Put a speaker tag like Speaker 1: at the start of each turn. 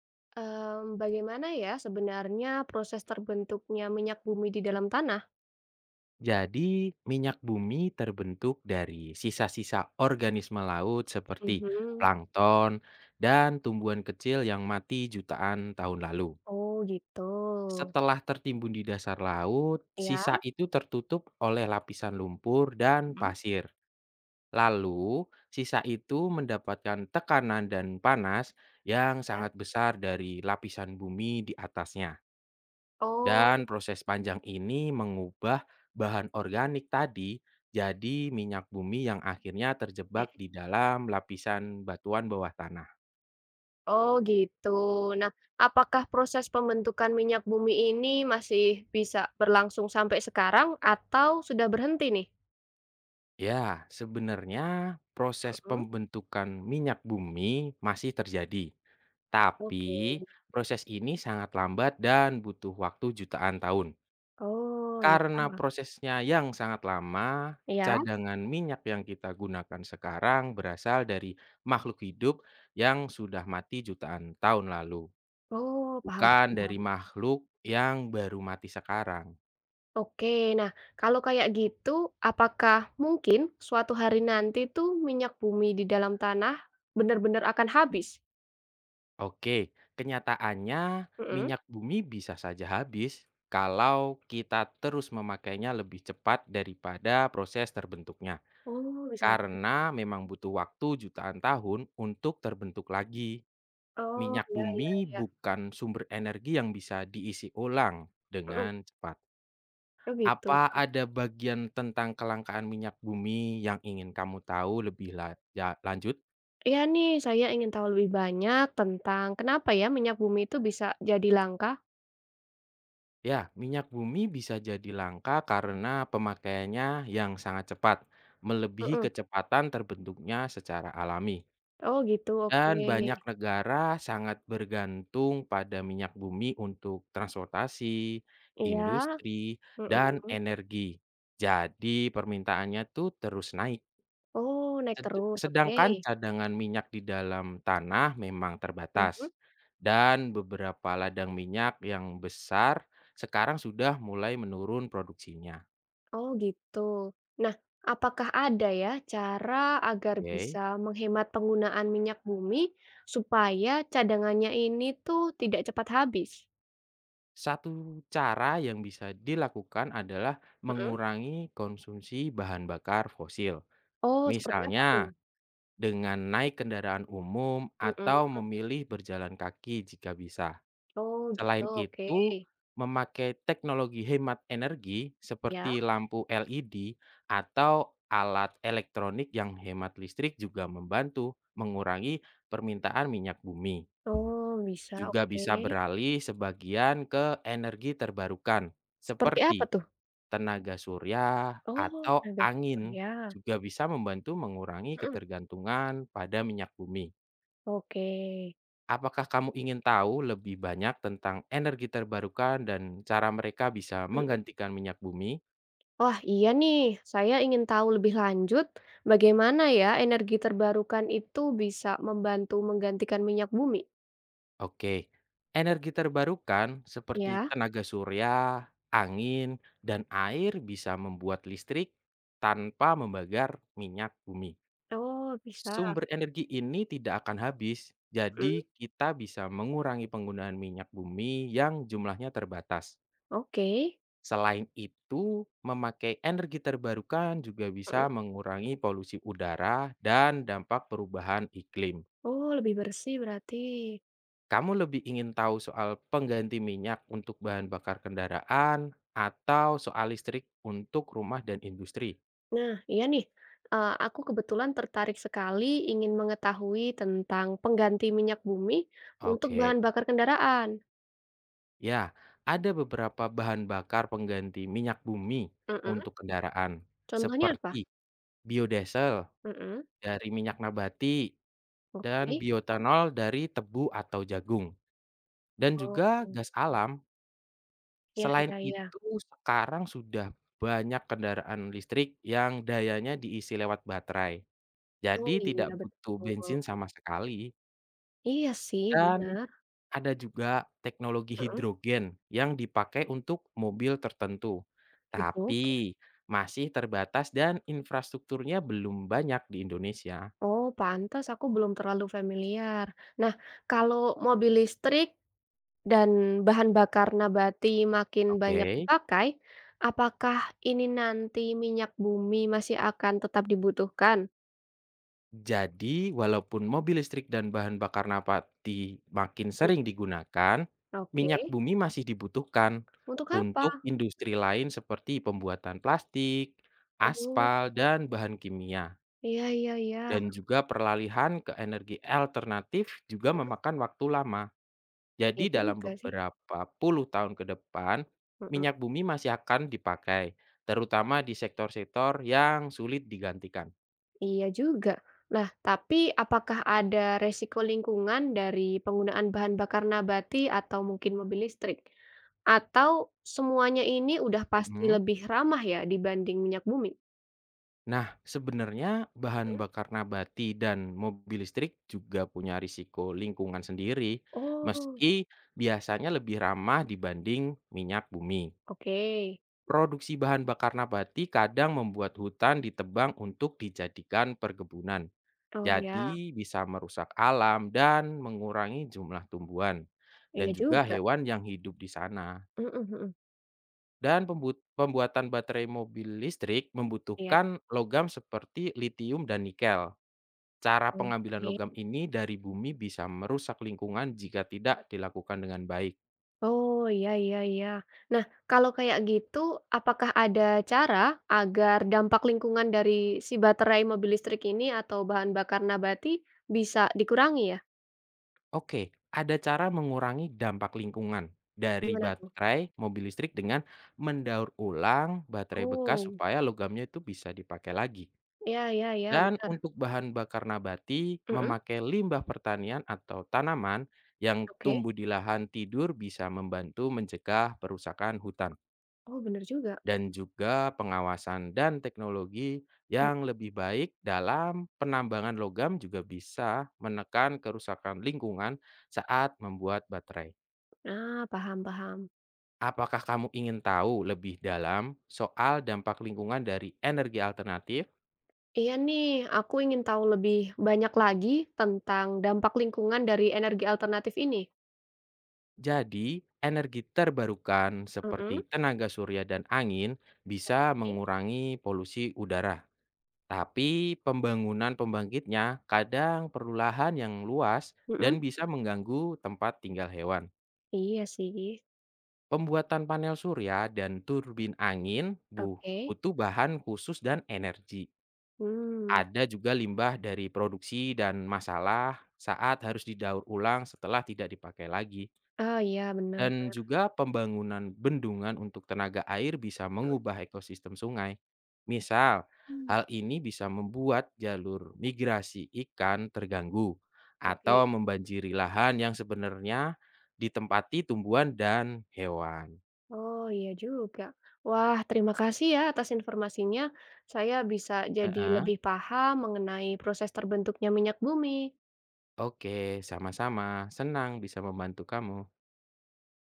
Speaker 1: Bagaimana ya sebenarnya proses terbentuknya minyak bumi di dalam tanah?
Speaker 2: Jadi, minyak bumi terbentuk dari sisa-sisa organisme laut seperti
Speaker 1: Mhm.
Speaker 2: plankton dan tumbuhan kecil yang mati jutaan tahun lalu.
Speaker 1: Oh gitu.
Speaker 2: Setelah tertimbun di dasar laut,
Speaker 1: Ya.
Speaker 2: sisa itu tertutup oleh lapisan lumpur dan
Speaker 1: Mhm.
Speaker 2: pasir. Lalu, sisa itu mendapatkan tekanan dan panas yang sangat besar dari lapisan bumi di atasnya.
Speaker 1: Oh,
Speaker 2: Dan proses panjang ini mengubah bahan organik tadi jadi minyak bumi yang akhirnya terjebak di dalam lapisan batuan bawah tanah.
Speaker 1: oh gitu. Nah, apakah proses pembentukan minyak bumi ini masih bisa berlangsung sampai sekarang atau sudah berhenti nih?
Speaker 2: Ya, sebenarnya proses
Speaker 1: Mhm,
Speaker 2: pembentukan minyak bumi masih terjadi. Tapi
Speaker 1: oke.
Speaker 2: proses ini sangat lambat dan butuh waktu jutaan tahun.
Speaker 1: Oh, ya
Speaker 2: Karena prosesnya yang sangat lama,
Speaker 1: ya.
Speaker 2: cadangan minyak yang kita gunakan sekarang berasal dari makhluk hidup yang sudah mati jutaan tahun lalu,
Speaker 1: Oh, paham
Speaker 2: bukan dari
Speaker 1: paham.
Speaker 2: makhluk yang baru mati sekarang.
Speaker 1: Oke, nah kalau kayak gitu, apakah mungkin suatu hari nanti tuh minyak bumi di dalam tanah benar-benar akan habis?
Speaker 2: Oke, kenyataannya
Speaker 1: Mhm.
Speaker 2: minyak bumi bisa saja habis kalau kita terus memakainya lebih cepat daripada proses terbentuknya,
Speaker 1: Oh, bisa habis.
Speaker 2: karena memang butuh waktu jutaan tahun untuk terbentuk lagi.
Speaker 1: Oh,
Speaker 2: Minyak
Speaker 1: ya ya
Speaker 2: bumi
Speaker 1: ya.
Speaker 2: bukan sumber energi yang bisa diisi ulang
Speaker 1: Mhm.
Speaker 2: dengan cepat.
Speaker 1: Oh, gitu.
Speaker 2: Apa ada bagian tentang kelangkaan minyak bumi yang ingin kamu tahu lebih la ja lanjut?
Speaker 1: Iya nih, saya ingin tahu lebih banyak tentang kenapa ya minyak bumi itu bisa jadi langka?
Speaker 2: Ya, minyak bumi bisa jadi langka karena pemakaiannya yang sangat cepat, melebihi
Speaker 1: Mhm.
Speaker 2: kecepatan terbentuknya secara alami.
Speaker 1: Oh, gitu, oke.
Speaker 2: Dan banyak negara sangat bergantung pada minyak bumi untuk transportasi,
Speaker 1: Iya,
Speaker 2: industri, dan
Speaker 1: mhm.
Speaker 2: energi. Jadi permintaannya tuh terus naik.
Speaker 1: Oh, naik
Speaker 2: Sed-
Speaker 1: terus, oke.
Speaker 2: Sedangkan cadangan minyak di dalam tanah memang terbatas.
Speaker 1: Mhm.
Speaker 2: Dan beberapa ladang minyak yang besar sekarang sudah mulai menurun produksinya.
Speaker 1: Oh gitu. Nah, apakah ada ya cara agar
Speaker 2: Oke.
Speaker 1: bisa menghemat penggunaan minyak bumi supaya cadangannya ini tuh tidak cepat habis?
Speaker 2: Satu cara yang bisa dilakukan adalah
Speaker 1: Mhm.
Speaker 2: mengurangi konsumsi bahan bakar fosil.
Speaker 1: Oh, seperti apa tuh?
Speaker 2: Misalnya, dengan naik kendaraan umum
Speaker 1: Mhm.
Speaker 2: atau memilih berjalan kaki jika bisa.
Speaker 1: Oh gitu,
Speaker 2: Selain
Speaker 1: oke.
Speaker 2: itu, memakai teknologi hemat energi
Speaker 1: Ya.
Speaker 2: seperti lampu LED atau alat elektronik yang hemat listrik juga membantu mengurangi permintaan minyak bumi.
Speaker 1: Oh bisa,
Speaker 2: Juga
Speaker 1: oke.
Speaker 2: bisa beralih sebagian ke energi terbarukan,
Speaker 1: Seperti
Speaker 2: seperti
Speaker 1: apa tuh?
Speaker 2: tenaga surya
Speaker 1: Oh,
Speaker 2: atau
Speaker 1: tenaga
Speaker 2: angin,
Speaker 1: surya.
Speaker 2: juga bisa membantu mengurangi
Speaker 1: Mhm.
Speaker 2: ketergantungan pada minyak bumi.
Speaker 1: Oke.
Speaker 2: Apakah kamu ingin tahu lebih banyak tentang energi terbarukan dan cara mereka bisa
Speaker 1: Mhm.
Speaker 2: menggantikan minyak bumi?
Speaker 1: Wah, iya nih. Saya ingin tahu lebih lanjut bagaimana ya energi terbarukan itu bisa membantu menggantikan minyak bumi,
Speaker 2: Oke, energi terbarukan seperti
Speaker 1: ya?
Speaker 2: tenaga surya, angin, dan air bisa membuat listrik tanpa membakar minyak bumi.
Speaker 1: Oh, bisa.
Speaker 2: Sumber energi ini tidak akan habis, jadi
Speaker 1: Mhm.
Speaker 2: kita bisa mengurangi penggunaan minyak bumi yang jumlahnya terbatas.
Speaker 1: Oke.
Speaker 2: Selain itu, memakai energi terbarukan juga bisa
Speaker 1: Mhm.
Speaker 2: mengurangi polusi udara dan dampak perubahan iklim.
Speaker 1: Oh, lebih bersih berarti.
Speaker 2: Kamu lebih ingin tahu soal pengganti minyak untuk bahan bakar kendaraan atau soal listrik untuk rumah dan industri?
Speaker 1: Nah, iya nih. Eh, aku kebetulan tertarik sekali ingin mengetahui tentang pengganti minyak bumi untuk
Speaker 2: Oke.
Speaker 1: bahan bakar kendaraan.
Speaker 2: Ya, ada beberapa bahan bakar pengganti minyak bumi
Speaker 1: Mhm.
Speaker 2: untuk kendaraan,
Speaker 1: Contohnya apa?
Speaker 2: seperti biodiesel
Speaker 1: Mhm.
Speaker 2: dari minyak nabati dan
Speaker 1: Oke.
Speaker 2: bioetanol dari tebu atau jagung, dan
Speaker 1: Oh,
Speaker 2: juga gas alam.
Speaker 1: iya,
Speaker 2: Selain
Speaker 1: iya, iya.
Speaker 2: itu, sekarang sudah banyak kendaraan listrik yang dayanya diisi lewat baterai, jadi
Speaker 1: Oh,
Speaker 2: tidak
Speaker 1: iya,
Speaker 2: butuh
Speaker 1: betul.
Speaker 2: bensin sama sekali.
Speaker 1: Iya sih,
Speaker 2: Dan
Speaker 1: bener,
Speaker 2: ada juga teknologi
Speaker 1: mhm,
Speaker 2: hidrogen yang dipakai untuk mobil tertentu,
Speaker 1: gitu.
Speaker 2: tapi masih terbatas dan infrastrukturnya belum banyak di Indonesia.
Speaker 1: Oh, pantas aku belum terlalu familiar. Nah, kalau mobil listrik dan bahan bakar nabati makin banyak
Speaker 2: Oke.
Speaker 1: dipakai, apakah ini nanti minyak bumi masih akan tetap dibutuhkan?
Speaker 2: Jadi, walaupun mobil listrik dan bahan bakar nabati makin sering
Speaker 1: Mhm,
Speaker 2: digunakan,
Speaker 1: oke.
Speaker 2: minyak bumi masih dibutuhkan
Speaker 1: Untuk
Speaker 2: untuk
Speaker 1: apa?
Speaker 2: industri lain seperti pembuatan plastik,
Speaker 1: Oh,
Speaker 2: aspal, dan bahan kimia.
Speaker 1: iya iya iya,
Speaker 2: Dan juga peralihan ke energi alternatif juga memakan waktu lama. Jadi
Speaker 1: iya
Speaker 2: dalam
Speaker 1: juga sih,
Speaker 2: beberapa puluh tahun ke depan,
Speaker 1: mhm.
Speaker 2: minyak bumi masih akan dipakai, terutama di sektor-sektor yang sulit digantikan.
Speaker 1: Iya juga. Nah, tapi apakah ada resiko lingkungan dari penggunaan bahan bakar nabati atau mungkin mobil listrik? Atau semuanya ini udah pasti
Speaker 2: Mhm.
Speaker 1: lebih ramah ya dibanding minyak bumi?
Speaker 2: Nah, sebenarnya bahan
Speaker 1: Mhm.
Speaker 2: bakar nabati dan mobil listrik juga punya risiko lingkungan sendiri,
Speaker 1: Oh,
Speaker 2: meski biasanya lebih ramah dibanding minyak bumi.
Speaker 1: oke.
Speaker 2: Produksi bahan bakar nabati kadang membuat hutan ditebang untuk dijadikan perkebunan.
Speaker 1: Oh ya,
Speaker 2: Jadi bisa merusak alam dan mengurangi jumlah tumbuhan dan
Speaker 1: iya
Speaker 2: juga
Speaker 1: juga.
Speaker 2: hewan yang hidup di sana.
Speaker 1: Mhm mhm.
Speaker 2: Dan pembuatan baterai mobil listrik
Speaker 1: Iya,
Speaker 2: membutuhkan logam seperti litium dan nikel. Cara pengambilan
Speaker 1: oke.
Speaker 2: logam ini dari bumi bisa merusak lingkungan jika tidak dilakukan dengan baik.
Speaker 1: Oh, iya iya iya. Nah, kalau kayak gitu, apakah ada cara agar dampak lingkungan dari si baterai mobil listrik ini atau bahan bakar nabati bisa dikurangi ya?
Speaker 2: Oke, ada cara mengurangi dampak lingkungan dari
Speaker 1: Gimana tuh?
Speaker 2: baterai mobil listrik dengan mendaur ulang baterai bekas
Speaker 1: Oh,
Speaker 2: supaya logamnya itu bisa dipakai lagi.
Speaker 1: iya iya iya,
Speaker 2: Dan
Speaker 1: benar.
Speaker 2: untuk bahan bakar nabati,
Speaker 1: Mhm,
Speaker 2: memakai limbah pertanian atau tanaman yang
Speaker 1: oke.
Speaker 2: tumbuh di lahan tidur bisa membantu mencegah perusakan hutan
Speaker 1: Oh, benar juga.
Speaker 2: dan juga pengawasan dan teknologi
Speaker 1: Mhm.
Speaker 2: yang lebih baik dalam penambangan logam juga bisa menekan kerusakan lingkungan saat membuat baterai.
Speaker 1: Nah, paham paham.
Speaker 2: Apakah kamu ingin tahu lebih dalam soal dampak lingkungan dari energi alternatif?
Speaker 1: Iya nih, aku ingin tahu lebih banyak lagi tentang dampak lingkungan dari energi alternatif ini.
Speaker 2: Jadi, energi terbarukan
Speaker 1: Mhm,
Speaker 2: seperti tenaga surya dan angin bisa
Speaker 1: oke.
Speaker 2: mengurangi polusi udara. Tapi pembangunan pembangkitnya kadang perlu lahan yang luas
Speaker 1: Mhm,
Speaker 2: dan bisa mengganggu tempat tinggal hewan.
Speaker 1: iya sih.
Speaker 2: Pembuatan panel surya dan turbin angin
Speaker 1: Oke.
Speaker 2: butuh bahan khusus dan energi.
Speaker 1: Hmm.
Speaker 2: Ada juga limbah dari produksi dan masalah saat harus didaur ulang setelah tidak dipakai lagi.
Speaker 1: Oh, iya benar.
Speaker 2: Dan juga pembangunan bendungan untuk tenaga air bisa mengubah ekosistem sungai. Misal,
Speaker 1: Mhm.
Speaker 2: hal ini bisa membuat jalur migrasi ikan terganggu
Speaker 1: Oke.
Speaker 2: atau membanjiri lahan yang sebenarnya ditempati tumbuhan dan hewan.
Speaker 1: Oh, iya juga. Wah, terima kasih ya atas informasinya. Saya bisa jadi
Speaker 2: Heeh.
Speaker 1: lebih paham mengenai proses terbentuknya minyak bumi.
Speaker 2: Oke, sama-sama. Senang bisa membantu kamu.